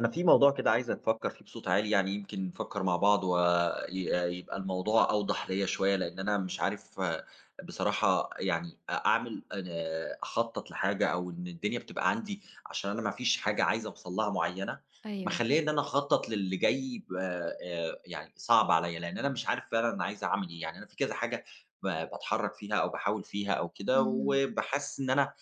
أنا في موضوع كده عايزك تفكر فيه بصوت عالي، يعني يمكن نفكر مع بعض ويبقى الموضوع أوضح ليا شوية، لأن أنا مش عارف بصراحة. يعني أعمل أخطط لحاجة، أو إن الدنيا بتبقى عندي عشان أنا ما فيش حاجة عايز أوصل لها معينة أيوه. مخليه إن أنا أخطط للي جاي يعني صعب عليا، لأن أنا مش عارف فعلا أنا عايز أعمل إيه. يعني أنا في كذا حاجة ب- بتحرك فيها أو بحاول فيها أو كده، اهم. وبحس إن أنا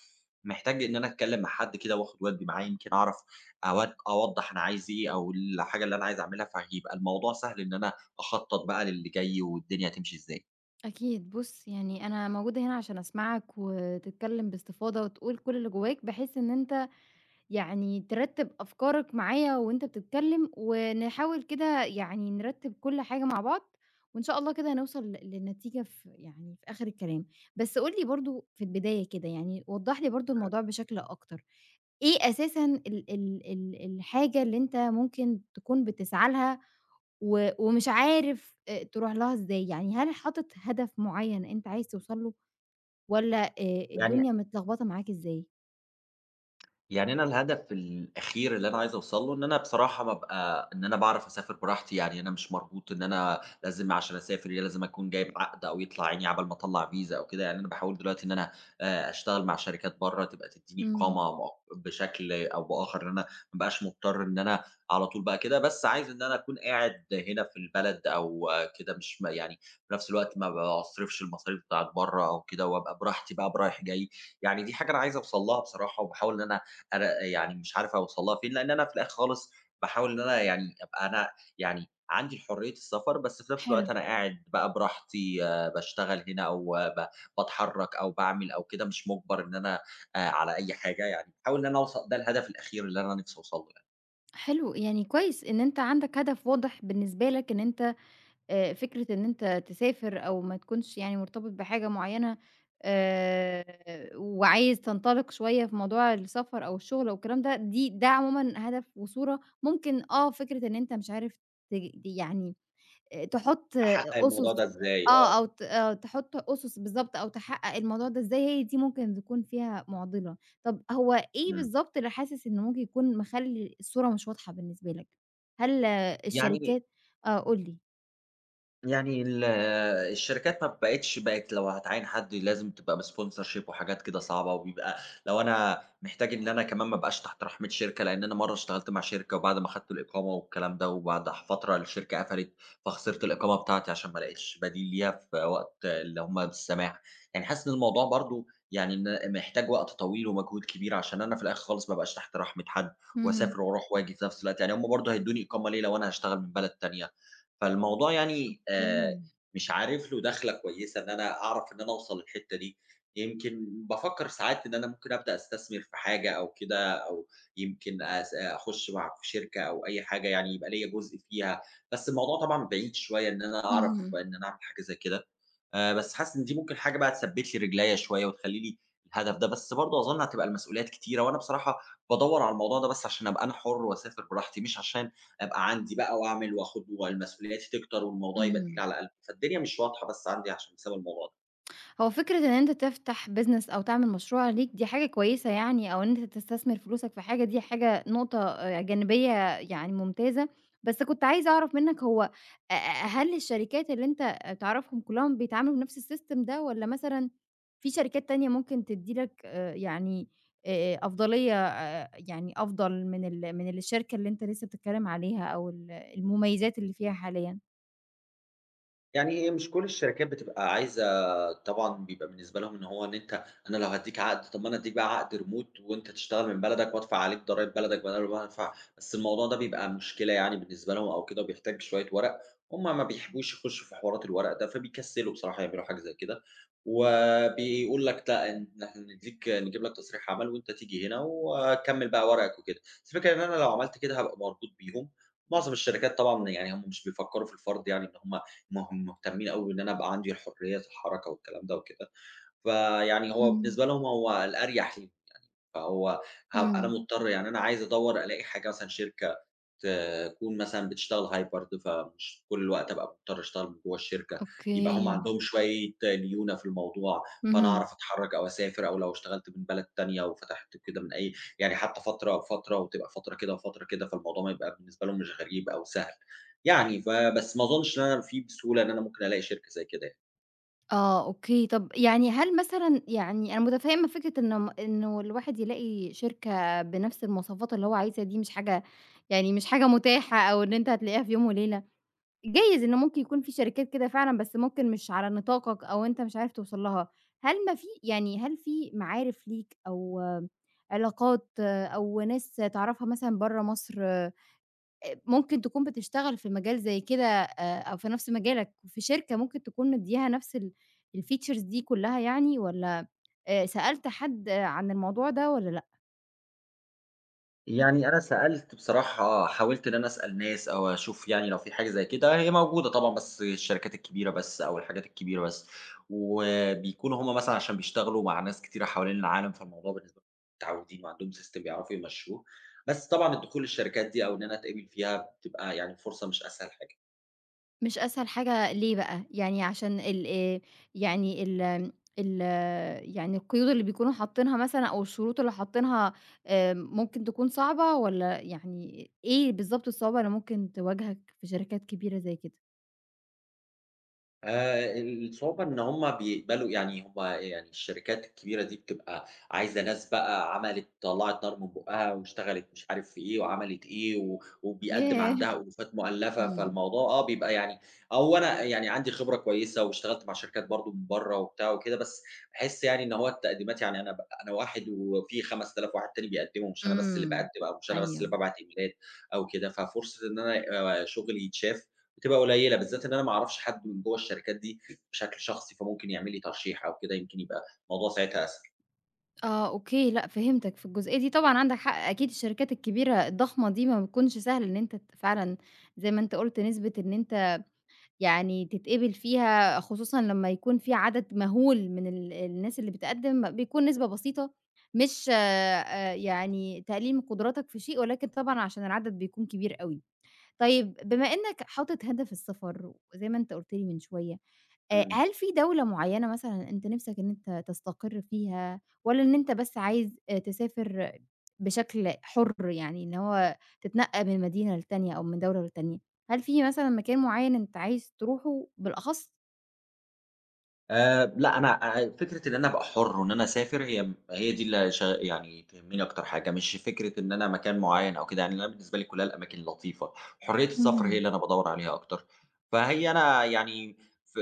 محتاج إن أنا أتكلّم مع حد كده وآخُد وأدّي معاه، يمكن أعرف أود أوضّح أنا عايز إيه أو الحاجة اللي أنا عايز أعملها، فهيبقى الموضوع سهل إن أنا أخطّط بقى للي جاي والدنيا هتمشي إزاي. أكيد. بُص، يعني أنا موجودة هنا عشان أسمعك وتتكلّم باستفاضة وتقول كل اللي جواك، بحيث إن أنت يعني ترتّب أفكارك معايا وأنت بتتكلّم، ونحاول كده يعني نرتّب كل حاجة مع بعض، وإن شاء الله كده هنوصل لنتيجة يعني في آخر الكلام. بس قُل لي برضه في البداية كده، يعني وضّح لي برضه الموضوع بشكل أكتر. إيه أساسًا ال ال ال الحاجة اللي أنت ممكن تكون بتسعى لها ومش عارف تروح لها إزاي، يعني هل حاطط هدف معيّن أنت عايز توصل له والّا يعني الدنيا متلخبطة معاك إزاي؟ يعني أنا الهدف الأخير اللي أنا عايز أوصل له، إن أنا بصراحة بابقى إن أنا باعرف أسافر براحتي، يعني أنا مش مربوط إن أنا لازم عشان أسافر يا لازم أكون جايب عقد أو يطلع عيني عقبال ما أطلّع فيزا أو كده. يعني أنا باحاول دلوقتي إن أنا أشتغل مع شركات برّه تبقى تدّيني إمم، إقامة مؤ بشكل أو بآخر، إن أنا ما ابقاش مضطر إن أنا على طول بقى كده، بس عايز إن أنا أكون قاعد هنا في البلد أو كده، مش يعني في نفس الوقت ما باصرفش المصاريف بتاعة برّه أو كده، وأبقى براحتي بقى ب رايح جاي، يعني دي حاجة أنا عايز أوصل لها بصراحة. وباحاول إن أنا أنا يعني مش عارف أوصل لها فين، لإن أنا في الآخر خالص باحاول إن أنا يعني أبقى أنا يعني عندي حرية السفر، بس في نفس حلو، الوقت أنا قاعد بقى براحتي باشتغل هنا أو آه، ب باتحرّك أو باعمل أو كده، مش مُجبَر إن أنا على أي حاجة يعني، باحاول إن أنا أوصل ده الهدف الأخير اللي أنا نِفْسي أوصل له يعني. حلو يعني كويس إن أنت عندك هدف واضح بالنسبة لك إن أنت فكرة إن أنت تسافر أو ما تكونش يعني مرتبط بحاجة معيّنة وعايز تنطلق شوية في موضوع السفر أو الشغل أو الكلام ده، ده عمومًا هدف وصورة ممكن فكرة إن أنت مش عارف يعني تحُط أحقق الموضوع أُسُس ده إزاي؟ أو آه. ت آه، تحُط أُسُس بالضبط أو تحقق الموضوع ده إزاي، هي دي ممكن تكون فيها مُعضِلة. طَب هو إيه إمم. بالضبط اللي حاسس إنه ممكن يكون مخلّي الصورة مش واضحة بالنسبة لك؟ هل يعني الشركات. آه، قُل لي. يعني ال الشركات ما بقِتش بقِت لو هتعيّن حد لازم تبقى بsponsorship وحاجات كده صعبة، وبيبقى لو أنا محتاج إن أنا كمان ما ابقاش تحت رحمة شركة، لإن أنا مرّة اشتغلت مع شركة وبعد ما خدت الإقامة والكلام ده، وبعد فترة الشركة قفلت، فخسرت الإقامة بتاعتي عشان ما لقيتش بديل ليها في وقت اللي هم بالسماح. يعني حاسس إن الموضوع برضه يعني إن محتاج وقت طويل ومجهود كبير، عشان أنا في الآخر خالص ما ابقاش تحت رحمة حد، اهم. واسافر واروح واجي في نفس الوقت، يعني هم برضه هيدّوني إقامة ليه لو أنا هاشتغل من بلد تانية؟ فالموضوع إمم، يعني أوكي. مش عارف له دخلة كويسة إن أنا أعرف إن أنا أوصل للحتّة دي. يمكن بافكّر ساعات إن أنا ممكن أبدأ أستثمر في حاجة أو كده، أو يمكن أخُش مع في شركة أو أي حاجة يعني يبقى ليّا جزء فيها، بس الموضوع طبعًا بعيد شوية إن أنا أعرف اهم، إن أنا أعمل حاجة زي كده. بس حاسس إن دي ممكن حاجة بقى تثبّت لي رجليّا شوية وتخلّي لي الهدف ده، بس برضه أظن هتبقى المسؤوليات كتيرة، وأنا بصراحة بادوّر على الموضوع ده بس عشان أبقى أنا حُر وأسافر براحتي، مش عشان أبقى عندي بقى وأعمل وآخد والمسؤوليات تكتر والموضوع يبقى تقيل اهم. على قلبي. فالدنيا مش واضحة بس عندي عشان بسبب الموضوع. هو فكرة إن أنت تفتح business أو تعمل مشروع ليك دي حاجة كويسة يعني أو إن أنت تستثمر فلوسك في حاجة دي حاجة نقطة جانبية يعني ممتازة، بس كنت عايزة أعرف منّك هو أ أ هل الشركات اللي أنت تعرفهم كلّهم بيتعاملوا بنفس السيستم ده والّا مثلًا في شركات تانية ممكن تدّي لك يعني أفضلية يعني أفضل من من الشركة اللي أنت لسه بتتكلم عليها أو المميزات اللي فيها حاليًا؟ يعني هي مش كل الشركات بتبقى عايزة، طبعًا بيبقى بالنسبة لهم إن هو إن أنت أنا لو هادّيك عقد، طب ما أنا أدّيك بقى عقد remote وأنت تشتغل من بلدك وأدفع عليك ضرايب بلدك بدل ما أنا أدفع، بس الموضوع ده بيبقى مشكلة يعني بالنسبة لهم أو كده وبيحتاج شوية ورق. هم ما بيحبوش يخشوا في حوارات الورق ده، فبيكسّلوا بصراحة يعملوا حاجة زي كده، وبيقول لك لأ، إن إحنا ندّيك نجيب لك تصريح عمل وأنت تيجي هنا وكمّل بقى ورقك وكده، بس الفكرة إن أنا لو عملت كده هابقى مربوط بيهم. معظم الشركات طبعًا، يعني هم مش بيفكّروا في الفرد، يعني إن هم ما هم مهتمين أوي إن أنا أبقى عندي حرية الحركة والكلام ده وكده، فيعني هو إمم، بالنسبة لهم هو الأريح ليهم. فهو هابقى أنا إمم، مضطر يعني، أنا عايز أدوّر ألاقي حاجة مثلًا شركة تكون مثلًا بتشتغل hybrid، فمش طول الوقت أبقى مضطر أشتغل من جوّه الشركة، يبقى هم أوكي، عندهم شوية ليونة في الموضوع، فأنا اهم. أعرف أتحرّك أو أسافر، أو لو اشتغلت من بلد تانية وفتحت كده من أي يعني حتى فترة وفترة، وتبقى فترة كده وفترة كده، فالموضوع ما يبقى بالنسبة لهم مش غريب أو سهل. يعني فبس ما أظنش إن أنا في بسهولة إن أنا ممكن ألاقي شركة زي كده. آه، أوكي، طَب يعني هل مثلًا يعني أنا مُتفهمة فكرة إنه إنه الواحد يلاقي شركة بنفس المواصفات اللي هو عايزها دي مش حاجة يعني مش حاجة متاحة أو إن أنت هتلاقيها في يوم وليلة، جايز إنه ممكن يكون في شركات كده فعلًا بس ممكن مش على نطاقك أو أنت مش عارف توصل لها، هل ما في يعني هل في معارف ليك أو علاقات أو ناس تعرفها مثلًا برّه مصر ممكن تكون بتشتغل في مجال زي كده أو في نفس مجالك في شركة ممكن تكون مدّياها نفس الfeatures دي كلّها يعني والّا سألت حد عن الموضوع ده والّا لأ؟ يعني أنا سألت بصراحة، حاولت إن أنا أسأل ناس أو أشوف يعني لو في حاجة زي كده، هي موجودة طبعًا بس الشركات الكبيرة بس أو الحاجات الكبيرة بس، وبيكونوا هم مثلًا عشان بيشتغلوا مع ناس كتيرة حوالين العالم، فالموضوع بالنسبة لهم متعودين وعندهم system بيعرفوا يمشوه، بس طبعًا الدخول للشركات دي أو إن أنا أتقبل فيها بتبقى يعني فرصة مش أسهل حاجة. مش أسهل حاجة ليه بقى؟ يعني عشان ال يعني ال آمم ال يعني القيود اللي بيكونوا حاطينها مثلًا أو الشروط اللي حاطينها ممكن تكون صعبة والّا يعني إيه بالضبط الصعوبة اللي ممكن تواجهك في شركات كبيرة زي كده؟ الصعوبة إن هم بيقبلوا، يعني هم يعني الشركات الكبيرة دي بتبقى عايزة ناس بقى عملت طلّعت نار من بُقّها، واشتغلت مش عارف في إيه وعملت إيه، وبيقدّم ياه! عندها ألوفات مؤلّفة، إمم. فالموضوع بيبقى يعني أنا يعني عندي خبرة كويسة واشتغلت مع شركات برضه من برّه وبتاع وكده، بس باحس يعني إن هو التقديمات يعني أنا واحد وفي 5000 واحد تاني بيقدّموا، مش أنا بس اللي إمم. باقدّم أو مش أنا بس اللي أيوه. بابعت إيميلات أو كده، ففرصة إن أنا شغلي يتشاف بتبقى قليلة، بالذات إن أنا ما أعرفش حد من جوّه الشركات دي بشكل شخصي، فممكن يعمل لي ترشيح أو كده، يمكن يبقى الموضوع ساعتها أسهل. آه أوكي، لأ فهمتك في الجزئية دي طبعًا عندك حق، أكيد الشركات الكبيرة الضخمة دي ما بتكونش سهل إن أنت فعلًا زي ما أنت قُلت نسبة إن أنت يعني تتقبل فيها، خصوصًا لمّا يكون في عدد مهول من الناس اللي بتقدّم، بيكون نسبة بسيطة مش يعني تقليل من قدراتك في شيء، ولكن طبعًا عشان العدد بيكون كبير أوي. طيب بما إنك حاطط هدف السفر وزي ما أنت قُلت لي من شوية، إمم. هل في دولة معيّنة مثلًا أنت نِفْسك إن أنت تستقر فيها والّا إن أنت بس عايز تسافر بشكل حُر يعني إن هو تتنقّل من مدينة للتانية أو من دولة للتانية، هل في مثلًا مكان معيّن أنت عايز تروحه بالأخص؟ لأ، أنا فكرة إن أنا أبقى حُر وإن أنا أسافر هي هي دي اللي يعني تهمّني أكتر حاجة، مش فكرة إن أنا مكان معيّن أو كده، يعني أنا بالنسبة لي كلّها الأماكن لطيفة، حرية السفر هي اهم، اللي أنا بادوّر عليها أكتر. فهي أنا يعني ف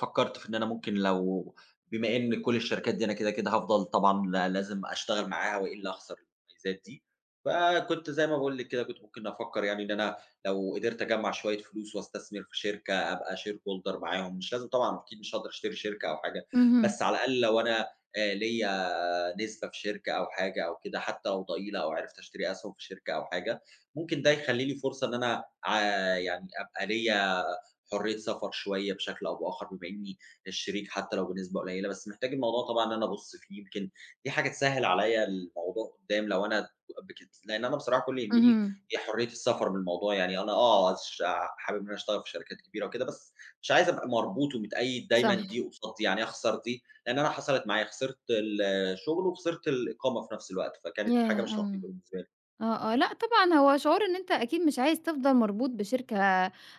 فكّرت في إن أنا ممكن لو، بما إن كل الشركات دي أنا كده هافضل طبعًا لازم أشتغل معاها وإلا هاخسر المميزات دي، فكنت زي ما باقول لِك كده، كنت ممكن أفكّر يعني إن أنا لو قدرت أجمّع شوية فلوس وأستثمر في شركة، أبقى share holder معاهم، مش لازم طبعًا، أكيد مش هاقدر أشتري شركة أو حاجة، اهم، بس على الأقل لو أنا ليّا نسبة في شركة أو حاجة أو كده، حتى لو ضئيلة، أو عرفت أشتري أسهم في شركة أو حاجة، ممكن ده يخلّي لي فرصة إن أنا يعني أبقى ليّا حرية سفر شوية بشكل أو بآخر، بما إني الشريك حتى لو بنسبة قليلة، بس محتاج الموضوع طبعًا إن أنا أبُص فيه، يمكن دي حاجة تسهّل عليّا الموضوع قدّام لو أنا لإن أنا بصراحة كل اللي يهمني اهم، هي حرية السفر من الموضوع. يعني أنا حابب إن أنا أشتغل في شركات كبيرة وكده، بس مش عايز أبقى مربوط ومتقيد صح، دايمًا دي قصاد دي، يعني أخسر دي، لأن أنا حصلت معايا خسرت الشغل وخسرت الإقامة في نفس الوقت، فكانت ياه! حاجة مش آه. لطيفة بالنسبة لي. آه، آه، لأ طبعًا هو شعور إن أنت أكيد مش عايز تفضل مربوط بشركة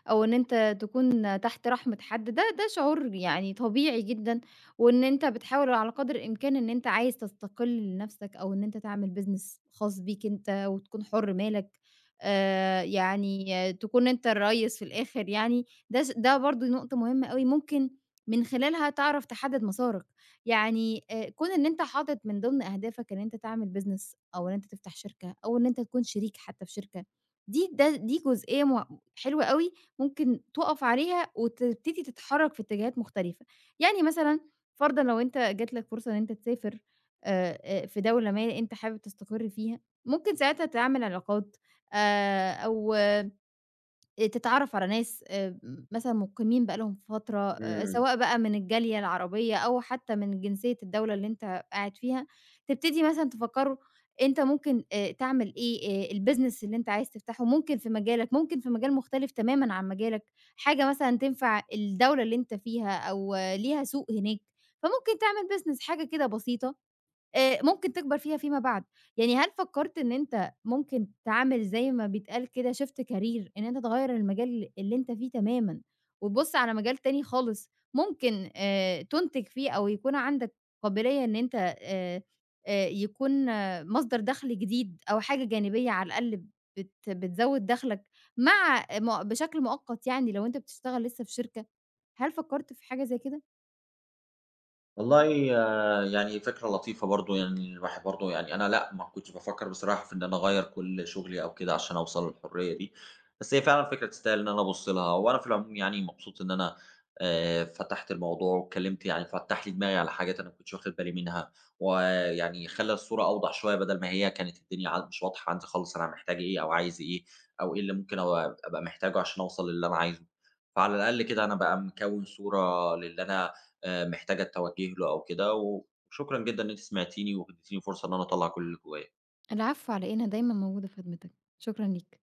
أو إن أنت تكون تحت رحمة حد، ده شعور يعني طبيعي جدًا، وإن أنت بتحاول على قدر الإمكان إن أنت عايز تستقل لنفسك أو إن أنت تعمل business خاص بيك أنت وتكون حُر مالك، يعني تكون أنت الريّس في الآخر يعني، ده برضه نقطة مهمة أوي ممكن من خلالها تعرف تحدد مسارك. يعني كون إن أنت حاطط من ضمن أهدافك إن أنت تعمل business أو إن أنت تفتح شركة أو إن أنت تكون شريك حتى في شركة، دي جزئية حلوة أوي ممكن تُقف عليها وتبتدي تتحرّك في اتجاهات مختلفة. يعني مثلًا فرضًا لو أنت جات لك فرصة إن أنت تسافر في دولة ما أنت حابب تستقر فيها، ممكن ساعتها تعمل علاقات أو تتعرّف على ناس مثلًا مُقيمين بقى لهم فترة، إمم. سواء بقى من الجالية العربية أو حتى من جنسية الدولة اللي أنت قاعد فيها، تبتدي مثلًا تفكّروا أنت ممكن تعمل إيه، الbusiness اللي أنت عايز تفتحه ممكن في مجالك، ممكن في مجال مختلف تمامًا عن مجالك، حاجة مثلًا تنفع الدولة اللي أنت فيها أو ليها سوق هناك، فممكن تعمل business حاجة كده بسيطة ممكن تكبر فيها فيما بعد، يعني هل فكّرت إن أنت ممكن تعمل زي ما بيتقال كده shift career إن أنت تغيّر المجال اللي أنت فيه تمامًا، وتبُص على مجال تاني خالص ممكن تُنتج فيه أو يكون عندك قابلية إن أنت آآ يكون مصدر دخل جديد أو حاجة جانبية على الأقل بتزوّد دخلك مع م بشكل مؤقت يعني لو أنت بتشتغل لسه في شركة، هل فكّرت في حاجة زي كده؟ والله آه، يعني فكرة لطيفة برضه، يعني الواحد برضه يعني، أنا لأ، ما كنتش بافكّر بصراحة في إن أنا أغيّر كل شغلي أو كده عشان أوصل للحرية دي، بس هي فعلًا فكرة تستاهل إن أنا أبُص لها. وأنا في العموم يعني مبسوط إن أنا فتحت الموضوع واتكلّمت، يعني فتّح لي دماغي على حاجات أنا ما كنتش واخد بالي منها، ويعني خلّى الصورة أوضح شوية بدل ما هي كانت الدنيا مش واضحة عندي خالص أنا محتاج إيه أو عايز إيه، أو إيه اللي ممكن أو أبقى محتاجه عشان أوصل للي أنا عايزه. فعلى الأقل كده أنا بقى مكوّن صورة للي أنا محتاجة التوجه له أو كده، وشكرًا جدًا إن أنتِ سمعتيني واديتيني فرصة إن أنا أطلّع كل اللي جوايا. العفو على إيه، أنا دايمًا موجودة في خدمتك، شكرًا ليك.